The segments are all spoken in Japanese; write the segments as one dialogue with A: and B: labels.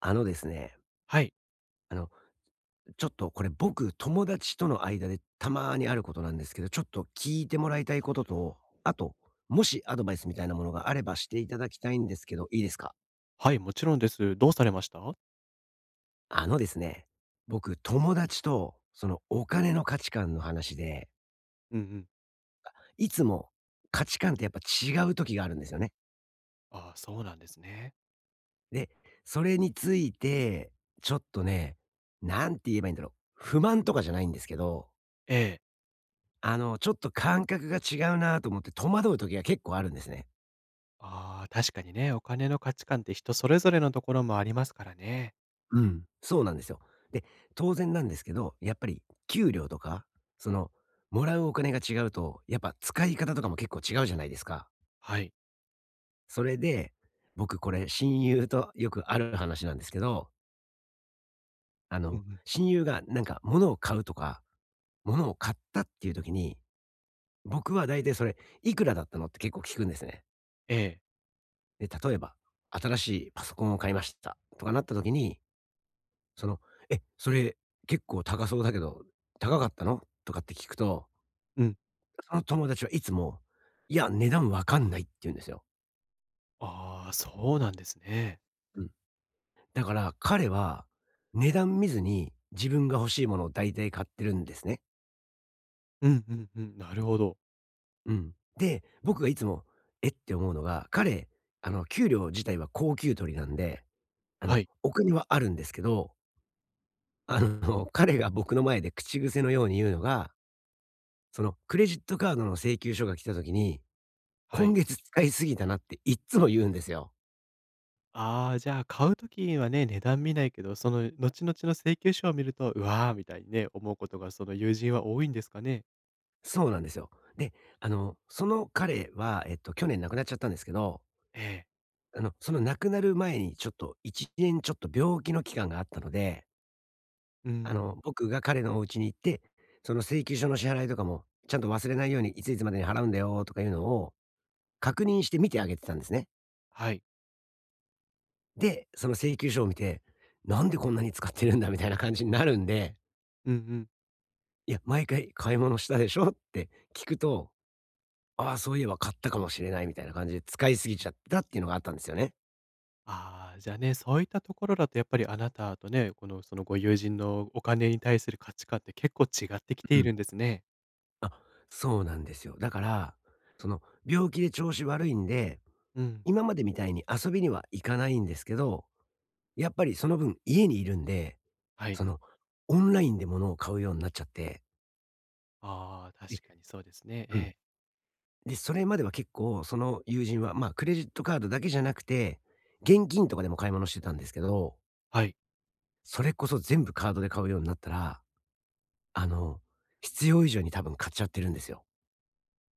A: あのですね、
B: はい。
A: あの、ちょっとこれ僕、友達との間でたまにあることなんですけど、ちょっと聞いてもらいたいことと、あと、もしアドバイスみたいなものがあればしていただきたいんですけど、いいですか？
B: はい、もちろんです。どうされました？
A: あのですね、僕、友達とそのお金の価値観の話で、
B: うんうん。
A: いつも価値観ってやっぱ違う時があるんですよね。
B: ああ、そうなんですね。
A: で、それについて、ちょっとね、なんて言えばいいんだろう、不満とかじゃないんですけど
B: ええ。
A: ちょっと感覚が違うなと思って戸惑う時が結構あるんですね。
B: ああ、確かにね、お金の価値観って人それぞれのところもありますからね。
A: うん、そうなんですよ。で、当然なんですけど、やっぱり給料とか、その、もらうお金が違うと、やっぱ使い方とかも結構違うじゃないですか。
B: はい。
A: それで、僕これ親友とよくある話なんですけど、
B: うんうん。
A: 親友がなんか物を買うとか、物を買ったっていう時に、僕は大体それ、いくらだったのって結構聞くんですね。
B: ええ。
A: で、例えば、新しいパソコンを買いましたとかなった時に、その、「え、それ結構高そうだけど、高かったの？」とかって聞くと、
B: うん。
A: その友達はいつも、「いや、値段わかんない」って言うんですよ。
B: ああ、そうなんですね。
A: うん。だから彼は、値段見ずに自分が欲しいものを大体買ってるんですね。
B: うんうんうん、なるほど。
A: うん。で、僕がいつも、「え？」って思うのが、彼、給料自体は高給取りなんで、あ
B: は
A: の、
B: い、
A: お金はあるんですけど、彼が僕の前で口癖のように言うのが、そのクレジットカードの請求書が来た時に
B: は
A: 今
B: い。
A: 月使いすぎたなっていっつも言うんですよ。
B: ああ、じゃあ買うときはね、値段見ないけど、その後々の請求書を見ると、うわーみたいにね、思うことがその友人は多いんですかね？
A: そうなんですよ。で、あの、その彼は、去年亡くなっちゃったんですけど、
B: ええ。
A: その亡くなる前にちょっと1年ちょっと病気の期間があったので、
B: うん。
A: 僕が彼のお家に行って、その請求書の支払いとかも、ちゃんと忘れないようにいついつまでに払うんだよとかいうのを確認して見てあげてたんですね。
B: はい。
A: で、その請求書を見て、なんでこんなに使ってるんだみたいな感じになるんで、
B: うんうん。
A: いや、毎回買い物したでしょって聞くとああ、そういえば買ったかもしれないみたいな感じで使いすぎちゃったっていうのがあったんですよね。
B: ああ、じゃあね、そういったところだとやっぱりあなたとね、この、そのご友人のお金に対する価値観って結構違ってき
A: う
B: てい
A: ん。
B: るんですね。
A: あ、そうなんですよ。だから、その病気で調子悪いんで、
B: うん。
A: 今までみたいに遊びには行かないんですけど、やっぱりその分家にいるんで、
B: はい。
A: そのオンラインで物を買うようになっちゃって、
B: ああ、
A: で、
B: 確かにそうですね。え
A: うん。
B: え。
A: で、それまでは結構その友人は、まあクレジットカードだけじゃなくて、現金とかでも買い物してたんですけど、
B: はい。
A: それこそ全部カードで買うようになったら、あの、必要以上に多分買っちゃってるんですよ。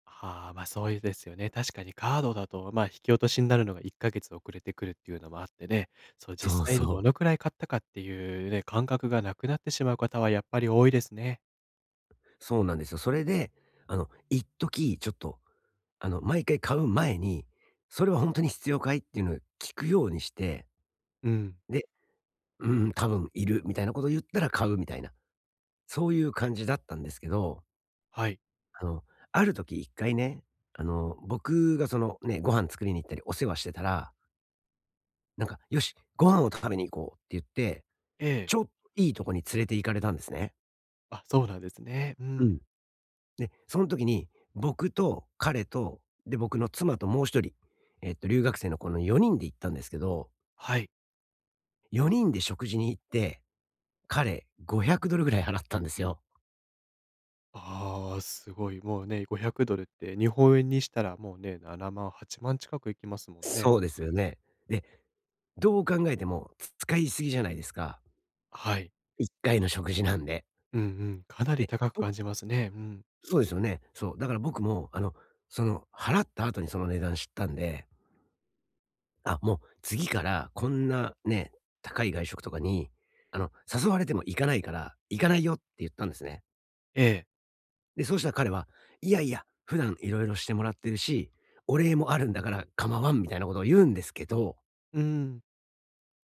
B: ああ、ま、そういうですよね。確かにカードだと、ま、あ引き落としになるのが1ヶ月遅れてくるっていうのもあってね、そう、
A: そ
B: 実
A: う
B: 際に
A: そう、
B: どのくらい買ったかっていうね、感覚がなくなってしまう方はやっぱり多いですね。
A: そうなんですよ。それで、あの、一時ちょっと、毎回買う前に、それは本当に必要かいっていうのを聞くようにして、
B: うん。
A: で、うん、多分いるみたいなことを言ったら買うみたいな、そういう感じだったんですけど、
B: はい。
A: あの、ある時1回ね、僕がそのね、ご飯作りに行ったりお世話してたら、なんか、よし、ご飯を食べに行こうって言って、
B: ええ。
A: ちょっといいとこに連れて行かれたんですね。
B: あ、そうなんですね。う
A: う
B: ん。
A: ん。で、その時に、僕と彼と、で、僕の妻ともう一人、留学生のこの4人で行ったんですけど、
B: はい。
A: 4人で食事に行って、彼 $500 ぐらい払ったんですよ。
B: ああ、すごい。もうね、$500 って日本円にしたらもうね、7万、8万近くいきますもんね。
A: そうですよね。で、どう考えても使いすぎじゃないですか。
B: はい。
A: 1回の食事なんで。
B: うんうん。かなり
A: で、
B: 高く感
A: 僕
B: じますね。うん。
A: そうですよね。そう、だから僕も、あの、払った後にその値段知ったんであ、もう次からこんなね、高い外食とかに、誘われても行かないから、行かないよって言ったんですね。
B: ええ。
A: で、そうしたら彼は、いやいや、普段いろいろしてもらってるし、お礼もあるんだから構わんみたいなことを言うんですけど、
B: うん。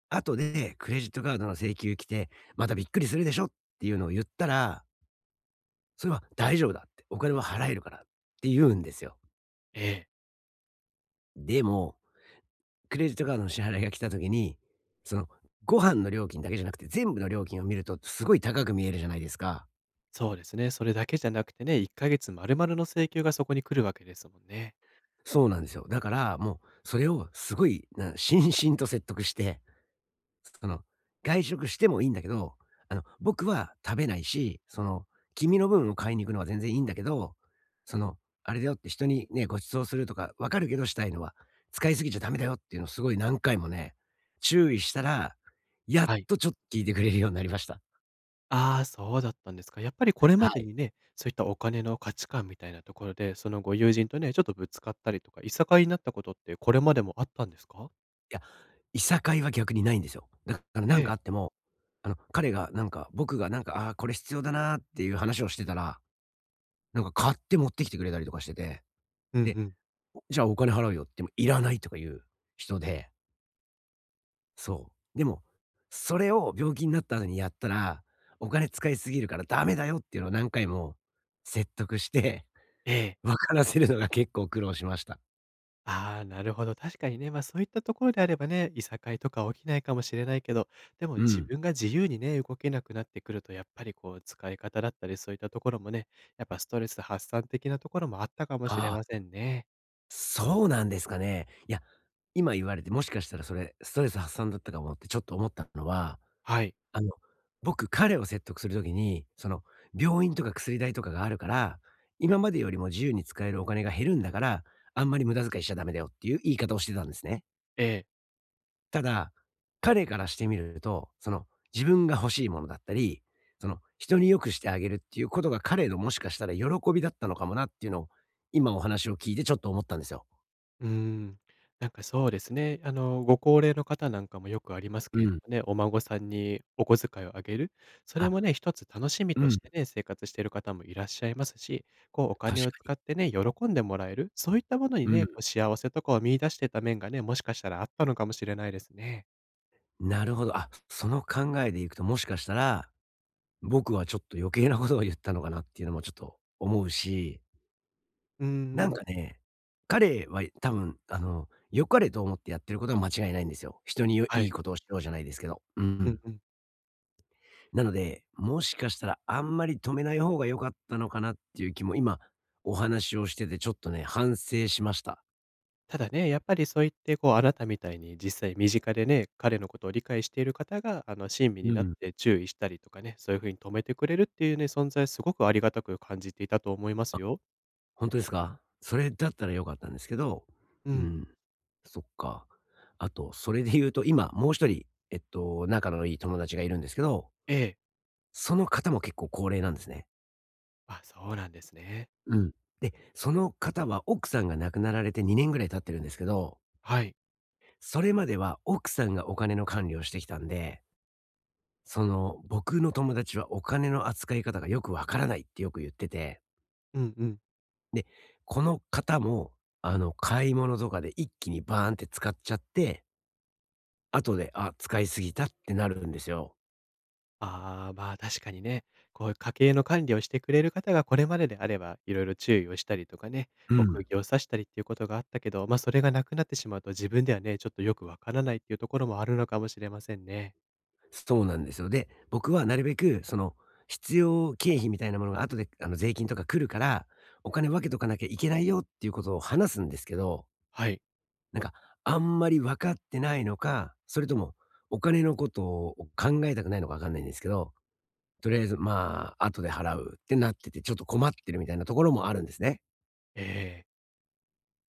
A: 後でクレジットカードの請求来て、またびっくりするでしょっていうのを言ったら、それは大丈夫だって、お金は払えるからって言うんですよ。
B: ええ。
A: でも、クレジットカードの支払いが来た時に、その、ご飯の料金だけじゃなくて、全部の料金を見るとすごい高く見えるじゃないですか。
B: そうですね。それだけじゃなくてね、1ヶ月丸々の請求がそこに来るわけですもんね。
A: そうなんですよ。だから、もうそれをすごい、なしんしんと説得して、その、外食してもいいんだけど、あの、僕は食べないし、君の分を買いに行くのは全然いいんだけど、その、あれだよって人にね、ご馳走するとかわかるけどしたいのは、使いすぎちゃダメだよっていうのをすごい何回もね、注意したら、やっ
B: はい。
A: とちょっと聞いてくれるようになりました。
B: ああ、そうだったんですか。やっぱりこれ
A: は
B: まで
A: い。
B: にね、そういったお金の価値観みたいなところで、そのご友人とね、ちょっとぶつかったりとか、いさかいになったことってこれまでもあったんですか？
A: いや、いさかいは逆にないんですよ。だからなん
B: ええ。
A: かあっても、あの、彼がなんか、僕がなんか、ああー、これ必要だなーっていう話をしてたら、なんか買って持ってきてくれたりとかしてて、
B: うんう
A: で、
B: ん。
A: じゃあお金払うよって言ってもいらないとかいう人で、そう。でも、それを病気になった後にやったら、お金使いすぎるからダメだよっていうのを何回も説得して、
B: ええ。
A: 分からせるのが結構苦労しました。
B: ああ、なるほど。確かにね、ま、あそういったところであればね、いさかいとか起きないかもしれないけど、でも
A: う
B: 自
A: ん。
B: 分が自由にね、動けなくなってくると、やっぱりこう使い方だったり、そういったところもね、やっぱストレス発散的なところもあったかもしれ
A: あ
B: ま
A: あ、
B: せんね。
A: そうなんですかね。いや、今言われて、もしかしたらそれ、ストレス発散だったかもってちょっと思ったのは、
B: はい。
A: あの、僕、彼を説得する時に、病院とか薬代とかがあるから、今までよりも自由に使えるお金が減るんだから、あんまり無駄遣いしちゃダメだよっていう言い方をしてたんですね。
B: ええ。
A: ただ、彼からしてみると、自分が欲しいものだったり、人に良くしてあげるっていうことが彼のもしかしたら喜びだったのかもなっていうのを、今お話を聞いてちょっと思ったんですよ。
B: うーん。なんかそうですね。あの、ご高齢の方なんかもよくありますけれ
A: う
B: ど
A: ん。
B: もね、お孫さんにお小遣いをあげる。そ
A: あ、
B: れもね、一つ楽しみ
A: う
B: とし
A: ん、
B: てね、生活している方もいらっしゃいますし、こうお
A: 確
B: 金を
A: か
B: 使
A: に。
B: ってね、喜んでもらえる。そういったものに
A: う
B: ね、
A: ん、
B: こう幸せとかを見出してた面がね、もしかしたらあったのかもしれないですね。
A: なるほど。あ、その考えでいくと、もしかしたら、僕はちょっと余計なことを言ったのかなっていうのもちょっと思うし、
B: うー
A: なん
B: ん。
A: かね、彼は多分、良かれと思ってやってることは間違いないんですよ。人によ
B: は
A: いい
B: い。
A: ことをしようじゃないですけど。う
B: うん
A: ん。
B: うん。
A: なので、もしかしたらあんまり止めない方が良かったのかなっていう気も、今お話をしててちょっとね、反省しました。
B: ただね、やっぱりそう言って、こう、あなたみたいに実際身近でね、彼のことを理解している方が、あの、親身に
A: う
B: なっ
A: ん。
B: て注意したりとかね、そういう風に止めてくれるっていうね、存在すごくありがたく感じていたと思いますよ。
A: ほんとですか？それだったら良かったんですけど、
B: う
A: う
B: ん。
A: ん、そっか。あと、それで言うと、今もう一人、仲のいい友達がいるんですけど、
B: ええ。
A: その方も結構高齢なんですね。
B: あ、そうなんですね。
A: うん。で、その方は奥さんが亡くなられて2年ぐらい経ってるんですけど、
B: はい。
A: それまでは奥さんがお金の管理をしてきたんで、僕の友達はお金の扱い方がよくわからないってよく言ってて、
B: うんうん。
A: で、この方も、買い物とかで一気にバーンって使っちゃって後で、あ、使いすぎたってなるんですよ。
B: ああ、まあ確かにね、こういう家計の管理をしてくれる方がこれまでであれば、いろいろ注意をしたりとかね、
A: う
B: こう
A: ん。
B: 釘を刺したりっていうことがあったけど、ま、あ、それがなくなってしまうと自分ではね、ちょっとよくわからないっていうところもあるのかもしれませんね。
A: そうなんですよ。で、僕はなるべくその必要経費みたいなものが後で税金とか来るから、お金分けとかなきゃいけないよっていうことを話すんですけど、
B: はい。
A: なんかあんまり分かってないのか、それともお金のことを考えたくないのか分かんないんですけど、とりあえずまあ後で払うってなってて、ちょっと困ってるみたいなところもあるんですね。
B: ええ。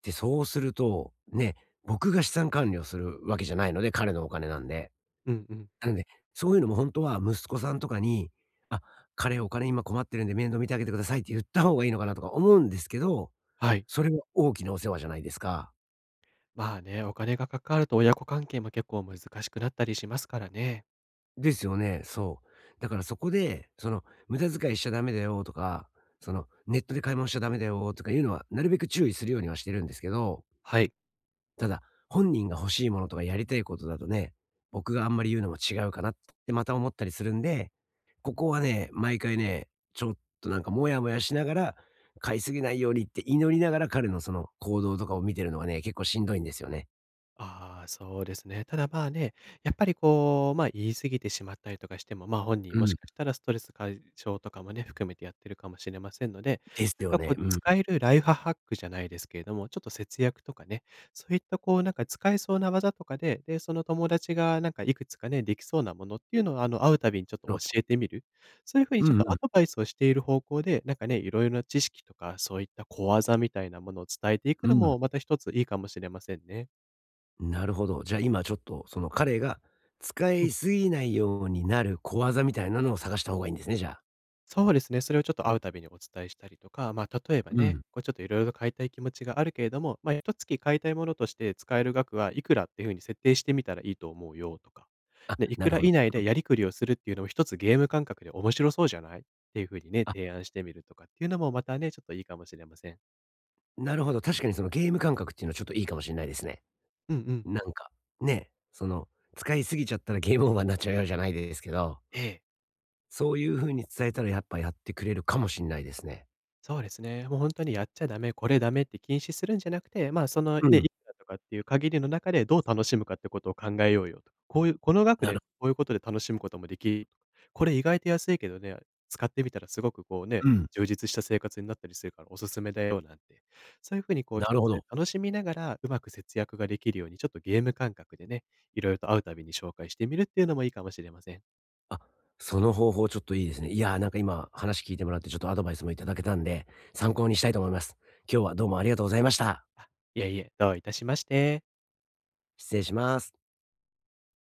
A: で、そうすると、ね、僕が資産管理をするわけじゃないので、彼のお金なんで。
B: うんうん。
A: なので、そういうのも本当は息子さんとかに、「あ、彼お金今困ってるんで面倒見てあげてください」って言った方がいいのかなとか思うんですけど、
B: はい。
A: それは大きなお世話じゃないですか。
B: まあね、お金がかかると親子関係も結構難しくなったりしますからね。
A: ですよね、そう。だからそこで、その「無駄遣いしちゃダメだよ」とか、その「ネットで買い物しちゃダメだよ」とかいうのは、なるべく注意するようにはしてるんですけど、
B: はい。
A: ただ、本人が欲しいものとかやりたいことだとね、僕があんまり言うのも違うかなってまた思ったりするんで、ここはね、毎回ね、ちょっとなんかモヤモヤしながら、買いすぎないようにって祈りながら彼のその行動とかを見てるのがね、結構しんどいんですよね。
B: ああ、そうですね。ただまあね、やっぱりこう、まあ言い過ぎてしまったりとかしても、まあ本人
A: う
B: もし
A: ん。
B: かしたらストレス解消とかもね、含めてやってるかもしれませんので、
A: です
B: なん
A: よ
B: かこ
A: ね。
B: う
A: うん。
B: 使えるライフハックじゃないですけれども、ちょっと節約とかね、そういったこうなんか使えそうな技とかで、で、その友達がなんかいくつかね、できそうなものっていうのをあの会うたびにちょっと
A: ろ
B: 教えてみる。そういうふうに
A: う
B: ちょっ
A: んう
B: とア
A: ん。
B: ドバイスをしている方向で、なんかね、いろいろな知識とか、そういった小技みたいなものを伝えていく
A: う
B: の
A: ん。
B: もまた一ついいかもしれませんね。
A: なるほど。じゃあ今ちょっとその彼が使
B: う
A: い
B: ん
A: すぎないようになる小技みたいなのを探した方がいいんですね、じゃあ。
B: そうですね、それをちょっと会うたびにお伝えしたりとか、まあ、例えば
A: う
B: ね、
A: ん。
B: こうちょっといろいろと買いたい気持ちがあるけれども、まあ、1月買いたいものとして使える額はいくらっていうふうに設定してみたらいいと思うよとか、
A: あ、
B: で、い
A: な
B: く
A: る
B: ら
A: ほど。
B: 以内でやりくりをするっていうのも1つゲーム感覚で面白そうじゃないっていうふうにね、提案してみるとかっていうのもまたね、ちょっといいかもしれません。
A: なるほど、確かにそのゲーム感覚っていうのはちょっといいかもしれないですね。
B: うんうん。
A: なんか、ね、その、使いすぎちゃったらゲームオーバーになっちゃうよじゃないですけど、
B: ええ。
A: そういう風に伝えたらやっぱやってくれるかもしんないですね。
B: そうですね。もう本当にやっちゃダメ、これダメって禁止するんじゃなくて、まあ、その
A: う
B: ね、
A: ん、
B: いくらとかっていう限りの中でどう楽しむかってことを考えようよと。こういうこの額
A: な
B: で
A: る
B: こういうことで楽しむこともできるとかこれ意外と安いけどね、使ってみたらすごくこうね、
A: うん、
B: 充実した生活になったりするからおすすめだよなんて。そういう風にこう
A: な
B: 一
A: るほ
B: つ
A: ど。
B: 楽しみながら、うまく節約ができるようにちょっとゲーム感覚でね、いろいろと会うたびに紹介してみるっていうのもいいかもしれません。
A: あ、その方法ちょっといいですね。いや、なんか今話聞いてもらってちょっとアドバイスもいただけたんで、参考にしたいと思います。今日はどうもありがとうございました。
B: あ、いえいえ、どういたしまして。
A: 失礼します。